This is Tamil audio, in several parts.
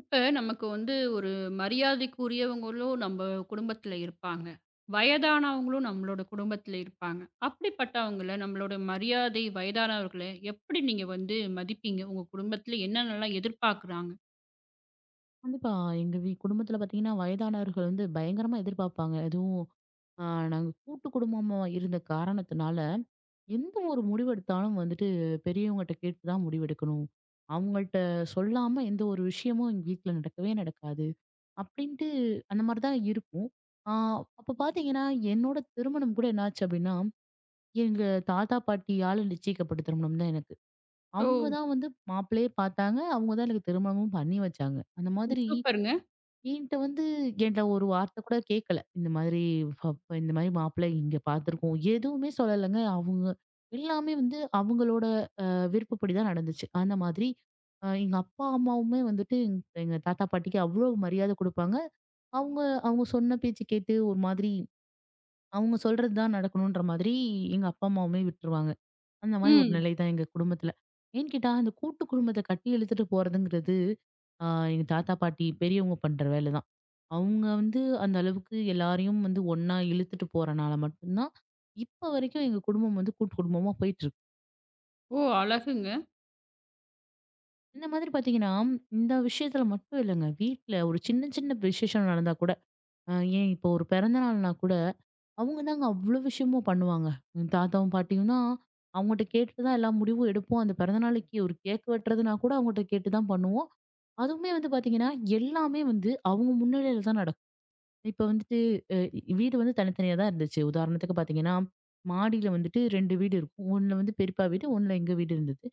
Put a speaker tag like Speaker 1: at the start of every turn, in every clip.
Speaker 1: இப்ப நமக்கு ஒரு மரியாதைக்குரியவங்களும் நம்ம குடும்பத்துல இருப்பாங்க. வயதானவங்களும் நம்மளோட குடும்பத்துல இருப்பாங்க. அப்படிப்பட்டவங்கள நம்மளோட மரியாதை வயதானவர்கள எப்படி நீங்க மதிப்பீங்க? உங்க குடும்பத்துல என்னென்னலாம் எதிர்பார்க்குறாங்க?
Speaker 2: கண்டிப்பா. எங்க குடும்பத்துல பாத்தீங்கன்னா, வயதானவர்கள் வந்து பயங்கரமா எதிர்பார்ப்பாங்க. அதுவும் அ நாங்க கூட்டு குடும்பமா இருந்த காரணத்தினால, எந்த ஒரு முடிவெடுத்தாலும் வந்துட்டு பெரியவங்கட்ட கேட்டு தான் முடிவெடுக்கணும். அவங்கள்ட்ட சொல்லாம எந்த ஒரு விஷயமும் எங்க வீட்ல நடக்கவே நடக்காது. அப்படின்ட்டு அந்த மாரி தான் இருக்கும். ஆ அப்ப பாத்தீங்கன்னா, என்னோட திருமணம் கூட என்னாச்சு அப்படின்னா, எங்க தாத்தா பாட்டியால நிச்சயிக்கப்பட்ட திருமணம் தான் எனக்கு.
Speaker 1: ஓ!
Speaker 2: அவங்க தான் வந்து மாப்பிள்ளையே பாத்தாங்க. அவங்க தான் எனக்கு திருமணமும் பண்ணி வச்சாங்க. அந்த மாதிரி
Speaker 1: சூப்பருங்க.
Speaker 2: என்ட்ட வந்து என்ட்ட ஒரு வார்த்தை கூட கேட்கல. இந்த மாதிரி மாப்பிள்ளை இங்க பார்த்துருக்கோம். எதுவுமே சொல்லலங்க. அவங்க எல்லாமே வந்து அவங்களோட விருப்பப்படி தான் நடந்துச்சு. அந்த மாதிரி எங்க அப்பா, அம்மாவுமே வந்துட்டு எங்க எங்க தாத்தா, பாட்டிக்கு அவ்ளோ மரியாதை குடுப்பாங்க. அவங்க அவங்க சொன்ன பேச்சு கேட்டு ஒரு மாதிரி அவங்க சொல்றது தான் நடக்கணுன்ற மாதிரி எங்க அப்பா, அம்மாவுமே விட்டுருவாங்க. அந்த மாதிரி ஒரு
Speaker 1: ம்.
Speaker 2: நிலை தான் எங்க குடும்பத்துல. ஏன்னு கேட்டா, அந்த கூட்டு குடும்பத்த கட்டி இழுத்துட்டு போறதுங்கிறது, ஆ எங்க தாத்தா, பாட்டி பெரியவங்க பண்ற வேலை தான். அவங்க வந்து அந்த அளவுக்கு எல்லாரையும் வந்து ஒண்ணா இழுத்துட்டு போறனால மட்டும்தான், இப்ப வரைக்கும் எங்க குடும்பம் வந்து கூட்டு குடும்பமா போயிட்டு இருக்கு.
Speaker 1: ஓ! அழகுங்க.
Speaker 2: இந்த மாதிரி பாத்தீங்கன்னா, இந்த விஷயத்துல மட்டும் இல்லங்க. வீட்ல ஒரு சின்ன சின்ன விசேஷம் நடந்தா கூட, அ ஏன் இப்போ ஒரு பிறந்த நாள்னா கூட அவங்க தாங்க அவ்வளோ விஷயமும் பண்ணுவாங்க. எங்க தாத்தாவும், பாட்டியும்னா அவங்கட்ட கேட்டுட்டு தான் எல்லா முடிவும் எடுப்போம். அந்த பிறந்த நாளைக்கு ஒரு கேக் வெட்டுறதுனா கூட அவங்கட்ட கேட்டு தான் பண்ணுவோம். அதுவுமே வந்து பாத்தீங்கன்னா, எல்லாமே வந்து அவங்க முன்னிலையில தான் நடக்கும். இப்ப வந்துட்டு அ வீடு வந்து தனித்தனியா தான் இருந்துச்சு. உதாரணத்துக்கு பாத்தீங்கன்னா, மாடியில வந்துட்டு 2 வீடு இருக்கும். ஒண்ணுல வந்து பெரியப்பா வீடு, ஒண்ணுல எங்க வீடு இருந்தது.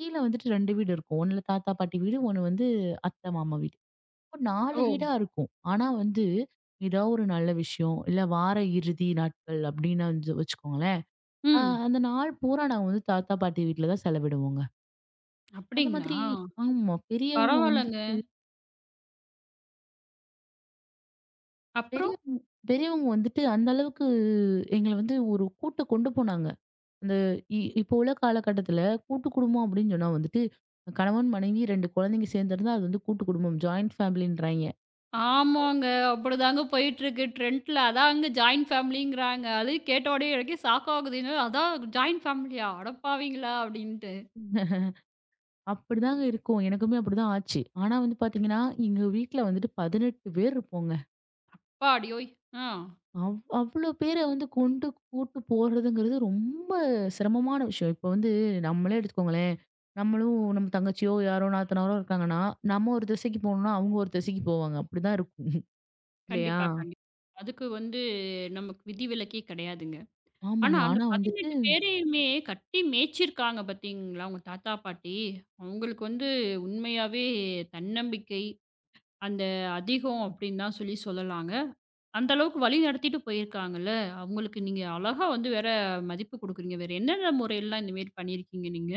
Speaker 2: கீழ வந்துட்டு 2 வீடு இருக்கும். ஒண்ணுல தாத்தா, பாட்டி வீடு, ஒண்ணு வந்து அத்தை, மாமா வீடு. 4
Speaker 1: ஓ!
Speaker 2: வீடா இருக்கும். ஆனா வந்து, ஏதாவது ஒரு நல்ல விஷயம், இல்ல வார இறுதி நாட்கள் அப்படின்னு வந்து வச்சுக்கோங்களேன். அ
Speaker 1: ம்.
Speaker 2: அந்த நாள் பூரா நாங்க வந்து தாத்தா, பாட்டி வீட்ல தான் செலவிடுவோங்க. அந்த
Speaker 1: அப்படிங்களா?
Speaker 2: மாதிரி ஆமா.
Speaker 1: பரவால்லங்க. அப்புறம்?
Speaker 2: பெரியவங்க பெரியவங்க வந்துட்டு அந்த அளவுக்கு எங்கள வந்து ஒரு கூட்டு கொண்டு போனாங்க. அந்த இப்போ உள்ள காலகட்டத்துல கூட்டு குடும்பம் அப்படின்னு சொன்னா வந்துட்டு, கணவன், மனைவி 2 குழந்தைங்க சேர்ந்திருந்தா அது வந்து கூட்டு குடும்பம். ஜாயிண்ட் ஃபேமிலின்றாய்ங்க.
Speaker 1: ஆமாங்க. அப்படிதாங்க போயிட்டுருக்கு ட்ரெண்ட்ல. அதாங்க ஜாயிண்ட் ஃபேமிலிங்கிறாங்க. அது கேட்ட உடனே எனக்கே சாக்காகுது. என்னடா அதான் ஜாயிண்ட் ஃபேமிலியா? அடப்பாவிங்களா! அப்படின்ட்டு.
Speaker 2: அப்படிதாங்க இருக்கும். எனக்குமே அப்படிதான் ஆச்சு. ஆனா வந்து பாத்தீங்கன்னா, எங்க வீட்ல வந்துட்டு 18 பேர் இருப்போங்க.
Speaker 1: அப்பாடியோய்! ஆ.
Speaker 2: அவ்ளோ பேர வந்து கொண்டு கூட்டு போறதுங்கிறது ரொம்ப சிரமமான விஷயம். இப்ப வந்து நம்மளே எடுத்துக்கோங்களேன், நம்மளும் நம்ம தங்கச்சியோ, யாரோ நாத்தனாரோ இருக்காங்கன்னா, நம்ம ஒரு திசைக்கு போகணும்னா, அவங்க ஒரு திசைக்கு போவாங்க. அப்படிதான் இருக்கும். இல்லையா?
Speaker 1: கண்டிப்பா, கண்டிப்பா. அதுக்கு நமக்கு விதிவிலக்கே கிடையாதுங்க. ஆனா
Speaker 2: ஆமாங்க.
Speaker 1: அந்த
Speaker 2: ஆனா வந்துட்டு
Speaker 1: 18 பேரையுமே கட்டி மேய்ச்சிருக்காங்க பார்த்தீங்களா, உங்க தாத்தா, பாட்டி. அவங்களுக்கு உண்மையாவே தன்னம்பிக்கை, அந்த அதிகம் அப்படின்னு தான் சொல்லலாங்க. அந்த அளவுக்கு வழி நடத்திட்டு போயிருக்காங்கல்ல. அவங்களுக்கு நீங்க அழகா வேற மதிப்பு குடுக்குறீங்க. வேற என்னென்ன முறையெல்லாம் இந்த மாரி பண்ணியிருக்கீங்க நீங்க?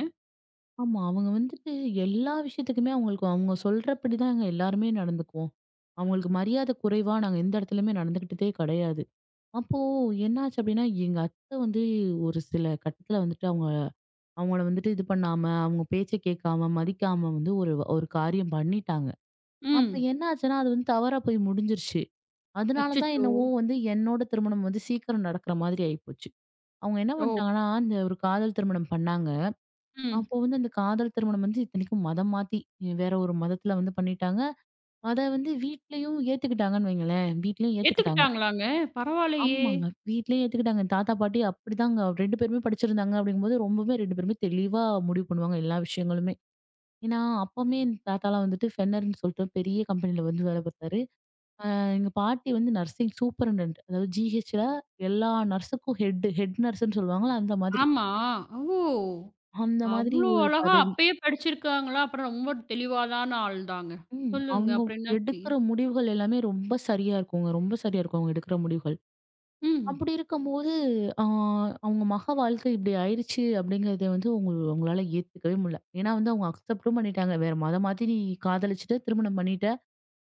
Speaker 2: ஆமா. அவங்க வந்துட்டு எல்லா விஷயத்துக்குமே அவங்களுக்கு அவங்க சொல்றபடிதாங்க எல்லாருமே நடந்துக்குவோம். அவங்களுக்கு மரியாதை குறைவா நாங்க எந்த இடத்துலயுமே நடந்துக்கிட்டதே கிடையாது. அப்போ என்னாச்சு அப்டின்னா, எங்க அத்தை வந்து ஒரு சில கட்டத்துல வந்துட்டு அவங்கள வந்துட்டு இது பண்ணாம, அவங்க பேச்ச கேட்காம, மதிக்காம வந்து ஒரு ஒரு காரியம் பண்ணிட்டாங்க. அப்ப
Speaker 1: ம்.
Speaker 2: என்ன ஆச்சுன்னா, அது வந்து தவறா போய் முடிஞ்சிருச்சு. அதனால தான்
Speaker 1: அச்சச்சோ!
Speaker 2: என்னவோ வந்து என்னோட திருமணம் வந்து சீக்கிரம் நடக்கிற மாதிரி ஆயிப்போச்சு. அவங்க என்ன
Speaker 1: ஓ!
Speaker 2: பண்ணிட்டாங்கன்னா, இந்த ஒரு காதல் திருமணம் பண்ணாங்க.
Speaker 1: ம்.
Speaker 2: அப்போ வந்து அந்த காதல் திருமணம் வந்து இத்தனைக்கும் மதம் மாத்தி, வேற ஒரு மதத்துல வந்து பண்ணிட்டாங்க. அத வந்து வீட்லயும் ஏத்துக்கிட்டாங்கன்னு வைங்களேன். வீட்லயும் ஏத்துக்கிட்டாங்க.
Speaker 1: ஏத்துக்கிட்டாங்களாங்க? பரவாயில்லையே!
Speaker 2: ஆமாங்க. வீட்லயே ஏத்துக்கிட்டாங்க. தாத்தா, பாட்டி அப்படிதாங்க 2 பேருமே படிச்சிருந்தாங்க அப்படிங்கும்போது, ரொம்பவே 2 பேருமே தெளிவா முடிவு பண்ணுவாங்க எல்லா விஷயங்களுமே. ஏன்னா, அப்பவுமே என் தாத்தாலாம் வந்துட்டு ஃபென்னர்ன்னு சொல்லிட்டு பெரிய கம்பெனில வந்து வேலை பார்த்தாரு. எங்க பாட்டி வந்து நர்சிங் சூப்பரண்டன்ட். அதாவது ஜிஹெச்ல எல்லா நர்ஸுக்கும் ஹெட் நர்ஸ்ன்னு சொல்லுவாங்கல்ல அந்த மாதிரி.
Speaker 1: ஆமா. ஓ!
Speaker 2: அந்த மாதிரி
Speaker 1: அவ்ளோ
Speaker 2: ஒரு
Speaker 1: அழகா
Speaker 2: பதவி.
Speaker 1: அப்பயே படிச்சிருக்காங்களா? அப்புறம் ரொம்ப தெளிவான ஆள் தாங்க.
Speaker 2: ம்.
Speaker 1: சொல்லுங்க.
Speaker 2: அவங்க
Speaker 1: அப்புறம் என்னாச்சு?
Speaker 2: எடுக்கிற முடிவுகள் எல்லாமே ரொம்ப சரியா இருக்குங்க. ரொம்ப சரியா இருக்கும் அவங்க எடுக்கிற முடிவுகள்.
Speaker 1: ம்.
Speaker 2: அப்படி இருக்கும்போது, ஆ அவங்க மக வாழ்க்கை இப்படி ஆயிருச்சு அப்படிங்கிறத வந்து உங்களால ஏத்துக்கவே முடியல. ஏன்னா வந்து அவங்க அக்செப்டும் பண்ணிட்டாங்க. வேற மதம் மாத்தி நீ காதலிச்சுட்ட, திருமணம் பண்ணிட்ட,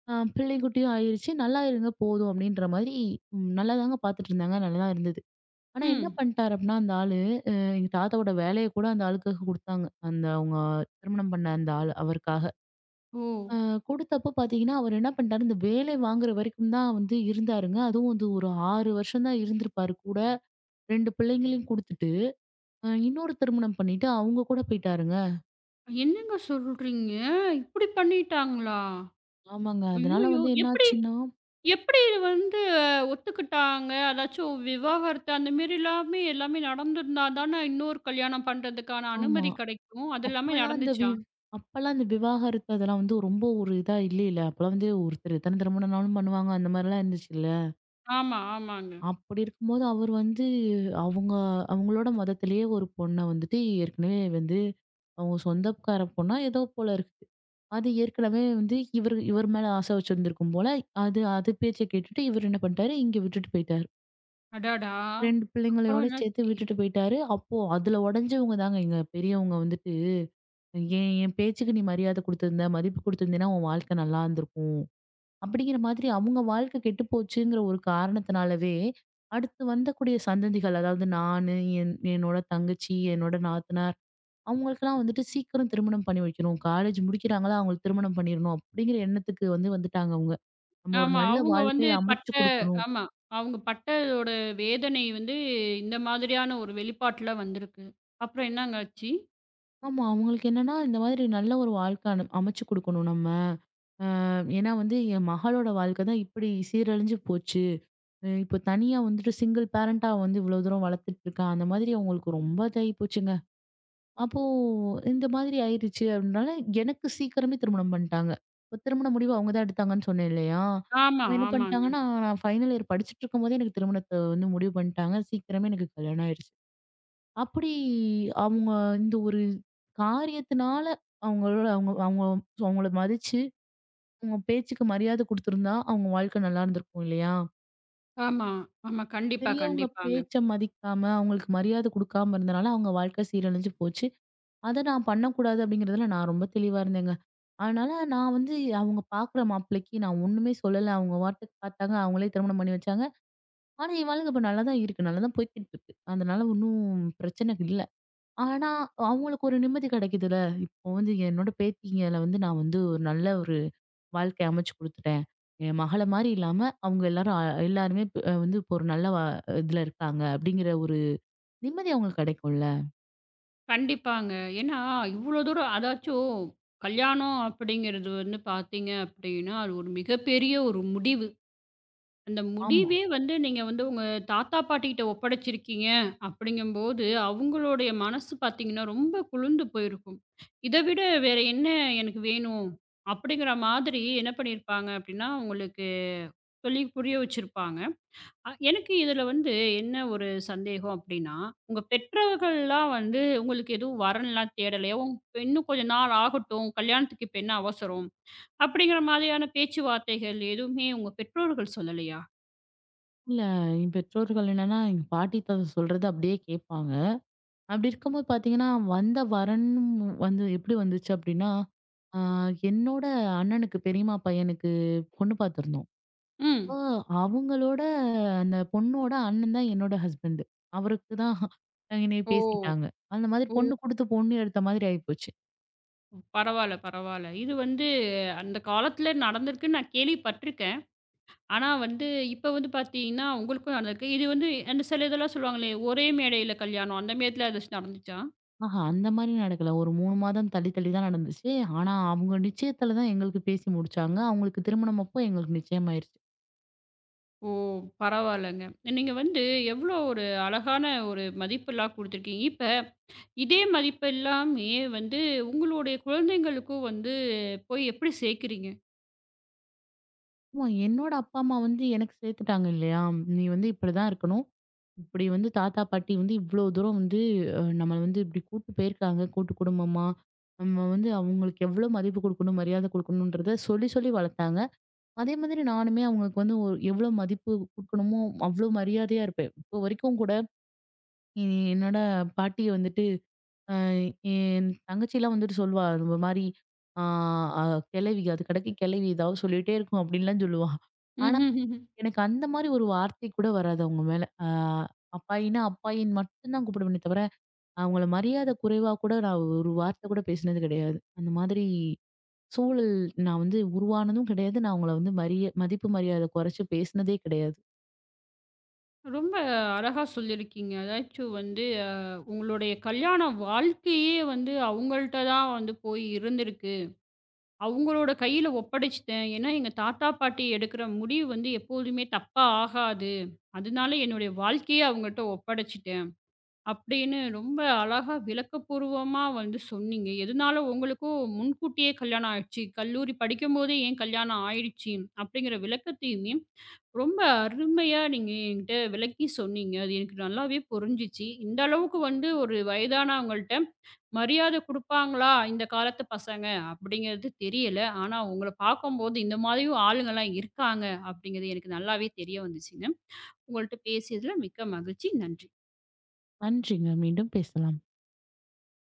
Speaker 2: பிள்ளையும் குட்டியும் ஆயிருச்சு. நல்லா இருங்க போதும் அப்படின்ற மாரி நல்லாதாங்க பாத்துட்டு இருந்தாங்க. நல்லாதான் இருந்தது. ஆனா என்ன
Speaker 1: ம்.
Speaker 2: பண்ணிட்டாரு அப்படின்னா, அந்த ஆளு எங்க தாத்தாவோட வேலைய கூட அந்த ஆளுக்காக குடுத்தாங்க. அந்த அவங்க திருமணம் பண்ண அந்த ஆள் அவருக்காக.
Speaker 1: ஓ!
Speaker 2: அ குடுத்தப்போ பாத்தீங்கன்னா, அவர் என்ன பண்ணிட்டாரு, இந்த வேலை வாங்குற வரைக்கும் தான் வந்து இருந்தாருங்க. அதுவும் வந்து ஒரு 6 வருஷம் தான் இருந்திருப்பாரு கூட. 2 பிள்ளைங்களையும் குடுத்துட்டு, இன்னொரு திருமணம் பண்ணிட்டு அவங்க கூட போயிட்டாருங்க.
Speaker 1: என்னங்க சொல்றீங்க? இப்படி பண்ணிட்டாங்களா?
Speaker 2: ஆமாங்க. அதனால
Speaker 1: ஐய்யயோ!
Speaker 2: வந்து
Speaker 1: எப்படி
Speaker 2: என்னாச்சுன்னா
Speaker 1: எப்படி இது வந்து ஒத்துக்கிட்டாங்க? அதாச்சும் விவாகரத்து அந்த மாரி எல்லாமே எல்லாமே நடந்திருந்தா தானே இன்னொரு கல்யாணம் பண்றதுக்கான
Speaker 2: ஆமா.
Speaker 1: அனுமதி கிடைக்கும். அது எல்லாமே
Speaker 2: அப்பலாம் இந்த வி
Speaker 1: நடந்துச்சா?
Speaker 2: அப்பலாம் இந்த விவாகரத்து அதெல்லாம் வந்து ரொம்ப ஒரு இதா இல்லைல. அப்பலாம் வந்து ஒருத்தர் எத்தன திருமணம்னாலும் பண்ணுவாங்க. அந்த மாரிலாம் இருந்துச்சுல்ல.
Speaker 1: ஆமா, ஆமாங்க.
Speaker 2: அப்படி இருக்கும்போது அவர் வந்து அவங்க அவங்களோட மதத்திலேயே ஒரு பொண்ண வந்துட்டு ஏற்கனவே வந்து அவங்க சொந்தக்கார பொண்ணா ஏதோ போல இருக்கு. அது ஏற்கனவே வந்து இவர் மேல ஆசை வச்சிருந்திருக்கும் போல. அது அது பேச்ச கேட்டுட்டு இவரு என்ன பண்ணிட்டாரு, இங்க விட்டுட்டு போயிட்டாரு.
Speaker 1: அடடா!
Speaker 2: 2
Speaker 1: அப்புறம்
Speaker 2: பிள்ளைங்களயோட சேர்த்து
Speaker 1: என்னாச்சு?
Speaker 2: விட்டுட்டு போயிட்டாரு. அப்போ அதுல உடைஞ்சவங்க தாங்க எங்க பெரியவங்க வந்துட்டு, "ஏன் என் பேச்சுக்கு நீ மரியாதை குடுத்திருந்த, மதிப்பு குடுத்திருந்தீன்னா உன் வாழ்க்கை நல்லா இருந்திருக்கும்." அப்படிங்கிற மாதிரி அவங்க வாழ்க்கை கெட்டுப்போச்சுங்கிற ஒரு காரணத்தினாலவே, அடுத்து வந்தக்கூடிய சந்ததிகள் அதாவது நானு, என்னோட தங்கச்சி, என்னோட நாத்தனார் அவங்களுக்கெல்லாம் வந்துட்டு சீக்கிரம் திருமணம் பண்ணி வைக்கணும். காலேஜ் முடிக்கிறாங்களா அவங்களுக்கு திருமணம் பண்ணிரணும் அப்படிங்கிற எண்ணத்துக்கு வந்து வந்துட்டாங்க அவங்க. நம்ம ஒரு
Speaker 1: ஆமா.
Speaker 2: நல்ல
Speaker 1: அவங்க
Speaker 2: வாழ்க்கைய
Speaker 1: பட்ட
Speaker 2: அமைச்சு குடுக்கணும்.
Speaker 1: ஆமா. அவங்க பட்டதோட வேதனை இந்த மாதிரியான ஒரு வெளிப்பாட்டுல வந்திருக்கு. அப்புறம் என்னங்க ஆச்சு?
Speaker 2: ஆமா. அவங்களுக்கு என்னன்னா, இந்த மாதிரி நல்ல ஒரு வாழ்க்கை அமைச்சு குடுக்கணும் நம்ம. ஏன்னா வந்து என் மகளோட வாழ்க்கை தான் இப்படி சீரழிஞ்சு போச்சு. இப்போ தனியா வந்துட்டு சிங்கிள் பேரண்ட்டா வந்து இவ்வளோ தூரம் வளர்த்துட்டு இருக்கா. அந்த மாதிரி அவங்களுக்கு ரொம்ப இதாகி போச்சுங்க. அப்போ இந்த மாதிரி ஆயிருச்சு அப்படினால, எனக்கு சீக்கிரமே திருமணம் பண்ணிட்டாங்க. இப்போ திருமண முடிவு அவங்க தான் எடுத்தாங்கன்னு சொன்னேன் இல்லையா?
Speaker 1: ஆமா,
Speaker 2: அவங்க என்ன
Speaker 1: ஆமாங்க.
Speaker 2: பண்ணிட்டாங்கன்னா, நான் ஃபைனல் இயர் படிச்சுட்டு இருக்கும்போதே எனக்கு திருமணத்த வந்து முடிவு பண்ணிட்டாங்க. சீக்கிரமே எனக்கு கல்யாணம் ஆயிருச்சு. அப்படி அவங்க இந்த ஒரு காரியத்தினால அவங்களோட அவங்க அவங்க அவங்கள மதிச்சு, அவங்க பேச்சுக்கு மரியாதை குடுத்துருந்தா, அவங்க வாழ்க்கை நல்லா இருந்திருக்கும் இல்லையா?
Speaker 1: ஆமா, ஆமா. கண்டிப்பா,
Speaker 2: பெரியவங்க
Speaker 1: கண்டிப்பாங்க.
Speaker 2: பேச்ச மதிக்காம, அவங்களுக்கு மரியாதை குடுக்காம இருந்தனால, அவங்க வாழ்க்கை சீரழிஞ்சு போச்சு. அத நான் பண்ணக்கூடாது அப்படிங்கிறதுல நான் ரொம்ப தெளிவா இருந்தேங்க. அதனால நான் வந்து அவங்க பார்க்குற மாப்பிள்ளைக்கு நான் ஒண்ணுமே சொல்லல. அவங்க பாட்டுக்கு பார்த்தாங்க. அவங்களே திருமணம் பண்ணி வச்சாங்க. ஆனா, என் வாழ்க்கை இப்ப நல்லா தான் இருக்கு. நல்லா தான் போய்க்கிட்டு இருக்கு. அதனால ஒண்ணும் பிரச்சனை இல்ல. ஆனா, அவங்களுக்கு ஒரு நிம்மதி கிடைக்குதுல்ல. இப்போ வந்து என்னோட பேத்திங்கள வந்து நான் வந்து ஒரு நல்ல ஒரு வாழ்க்கை அமைச்சு குடுத்துட்டேன். என் மகள மாரி இல்லாம, அவங்க எல்லாரும் அ எல்லாருமே வந்து இப்போ ஒரு நல்ல இதுல இருக்காங்க அப்படிங்கிற ஒரு நிம்மதி அவங்களுக்கு கிடைக்கும்ல.
Speaker 1: கண்டிப்பாங்க. ஏன்னா, இவ்ளோ தூரம் அதாச்சும் கல்யாணம் அப்படிங்கிறது பார்த்தீங்க அப்படின்னா, அது ஒரு மிகப்பெரிய ஒரு முடிவு. அந்த
Speaker 2: ஆமா.
Speaker 1: முடிவே நீங்க உங்க தாத்தா, பாட்டிகிட்ட ஒப்படைச்சிருக்கீங்க அப்படிங்கும்போது, அவங்களுடைய மனசு பார்த்தீங்கன்னா, ரொம்ப குளிர்ந்து போயிருக்கும். இத விட வேற என்ன எனக்கு வேணும்? அப்படிங்கிற மாதிரி என்ன பண்ணியிருப்பாங்க அப்படின்னா, உங்களுக்கு சொல்லி புரிய வச்சிருப்பாங்க. எனக்கு இதுல என்ன ஒரு சந்தேகம் அப்டின்னா, உங்க பெற்றவர்கள்லாம் உங்களுக்கு எதுவும் வரன்லாம் தேடலையா? "இன்னும் கொஞ்ச நாள் ஆகட்டும். கல்யாணத்துக்கு இப்ப என்ன அவசரம்?" அப்படிங்கிற மாதிரியான பேச்சுவார்த்தைகள் எதுவுமே உங்க பெற்றோர்கள் சொல்லலையா?
Speaker 2: இல்ல என் பெற்றோர்கள் என்னன்னா, எங்க பாட்டி, தாத்தா சொல்றது அப்படியே கேட்பாங்க. அப்படி இருக்கும்போது பார்த்தீங்கன்னா, வந்த வரனும் வந்து எப்படி வந்துச்சு அப்படின்னா, ஆ என்னோட அண்ணனுக்கு பெரியம்மா பையனுக்கு பொண்ணு பார்த்துருந்தோம். ஆ
Speaker 1: ம்.
Speaker 2: அவங்களோட அந்த பொண்ணோட அண்ணன் தான் என்னோட ஹஸ்பண்ட். அவருக்கு தான் என்னைய
Speaker 1: ஓ!
Speaker 2: பேசிட்டாங்க. அந்த மாதிரி
Speaker 1: ஓ!
Speaker 2: பொண்ணு குடுத்து பொண்ணு எடுத்த மாதிரி ஆயிப்போச்சு.
Speaker 1: பரவால்ல, பரவால்ல. இது அந்த காலத்துல நடந்திருக்குன்னு நான் கேள்விப்பட்டுருக்கேன். ஆனா வந்து இப்ப பாத்தீங்கன்னா, உங்களுக்கும் நடந்திருக்கு. இது அந்த சில இதெல்லாம் சொல்லுவாங்களே, ஒரே மேடையில கல்யாணம் அந்த மாரிலாம் ஏதாச்சும் நடந்துச்சா?
Speaker 2: ஆஹா, அந்த மாதிரி நடக்கல. ஒரு 3 மாதம் தள்ளி தள்ளி தான் நடந்துச்சு. ஆனா, அவங்க நிச்சயத்துல தான் எங்களுக்கு பேசி முடிச்சாங்க. அவங்களுக்கு திருமணம் அப்போ எங்களுக்கு நிச்சயம் ஆயிருச்சு.
Speaker 1: ஓ! பரவாயில்லங்க. நீங்க எவ்வளோ ஒரு அழகான ஒரு மதிப்பெல்லாம் குடுத்துருக்கீங்க. இப்ப இதே மதிப்பு எல்லாமே வந்து உங்களுடைய குழந்தைங்களுக்கும் போய் எப்படி சேர்க்கிறீங்க?
Speaker 2: ஆமா, என்னோட அப்பா, அம்மா வந்து எனக்கு சேர்த்துட்டாங்க இல்லையா? நீ வந்து இப்படிதான் இருக்கணும். இப்படி வந்து தாத்தா பாட்டி வந்து இவ்வளோ தூரம் வந்து நம்மள வந்து இப்படி கூட்டு போயிருக்காங்க கூட்டு குடும்பமா நம்ம வந்து அவங்களுக்கு எவ்வளோ மதிப்பு கொடுக்கணும் மரியாதை கொடுக்கணுன்றத சொல்லி சொல்லி வளர்த்தாங்க அதே மாதிரி நானுமே அவங்களுக்கு வந்து ஒரு எவ்வளோ மதிப்பு கொடுக்கணுமோ அவ்வளோ மரியாதையா இருப்பேன் இப்போ வரைக்கும் கூட எ- என்னோட பாட்டியை வந்துட்டு அஹ், என் தங்கச்சிலாம் வந்துட்டு சொல்வா இந்த மாதிரி கிளவி அது கடைக்கு கிளவி ஏதாவது சொல்லிட்டே இருக்கும் அப்படின்லாம் சொல்லுவா ஆனா
Speaker 1: ம்ஹ்ஹ்ம்.
Speaker 2: எனக்கு அந்த மாரி ஒரு வார்த்தை கூட வராது அவங்க மேல. அப்பாயின்னா, அப்பாயின்னு மட்டும் தான் கூப்பிடுவேனே தவிர, அவங்கள மரியாதை குறைவா கூட நான் ஒரு வார்த்தை கூட பேசினது கிடையாது. அந்த மாதிரி சூழல் நான் வந்து உருவானதும் கிடையாது. நான் அவங்கள வந்து மதிப்பு மரியாதை குறைச்சு பேசினதே கிடையாது.
Speaker 1: ரொம்ப அழகா சொல்லியிருக்கீங்க. அதாச்சும் வந்து அ உங்களுடைய கல்யாண வாழ்க்கையே அவங்கள்ட்ட தான் போய் இருந்திருக்கு. அவங்களோட கையில ஒப்படைச்சுட்டேன். ஏன்னா எங்க தாத்தா, பாட்டி எடுக்கிற முடிவு எப்போதுமே தப்பா ஆகாது. அதனால என்னுடைய வாழ்க்கையே அவங்கள்ட்ட ஒப்படைச்சுட்டேன். அப்படின்னு ரொம்ப அழகா விளக்கப்பூர்வமா சொன்னீங்க. எதனால உங்களுக்கும் முன்கூட்டியே கல்யாணம் ஆயிடுச்சு. கல்லூரி படிக்கும்போதே ஏன் கல்யாணம் ஆயிடுச்சு அப்படிங்கிற விளக்கத்தையுமே ரொம்ப அருமையா நீங்க என்கிட்ட விளக்கி சொன்னீங்க. அது எனக்கு நல்லாவே புரிஞ்சுச்சு. இந்த அளவுக்கு ஒரு வயதானவங்கள்ட்ட மரியாதை குடுப்பாங்களா இந்த காலத்து பசங்க அப்படிங்கிறது தெரியல. ஆனா உங்கள பார்க்கும்போது இந்த மாதிரியும் ஆளுங்கலாம் இருக்காங்க அப்படிங்கிறது எனக்கு நல்லாவே தெரிய வந்துச்சுங்க. உங்கள்ட்ட பேசியதுல மிக்க மகிழ்ச்சி. நன்றி.
Speaker 2: நன்றிங்க. மீண்டும் பேசலாம்.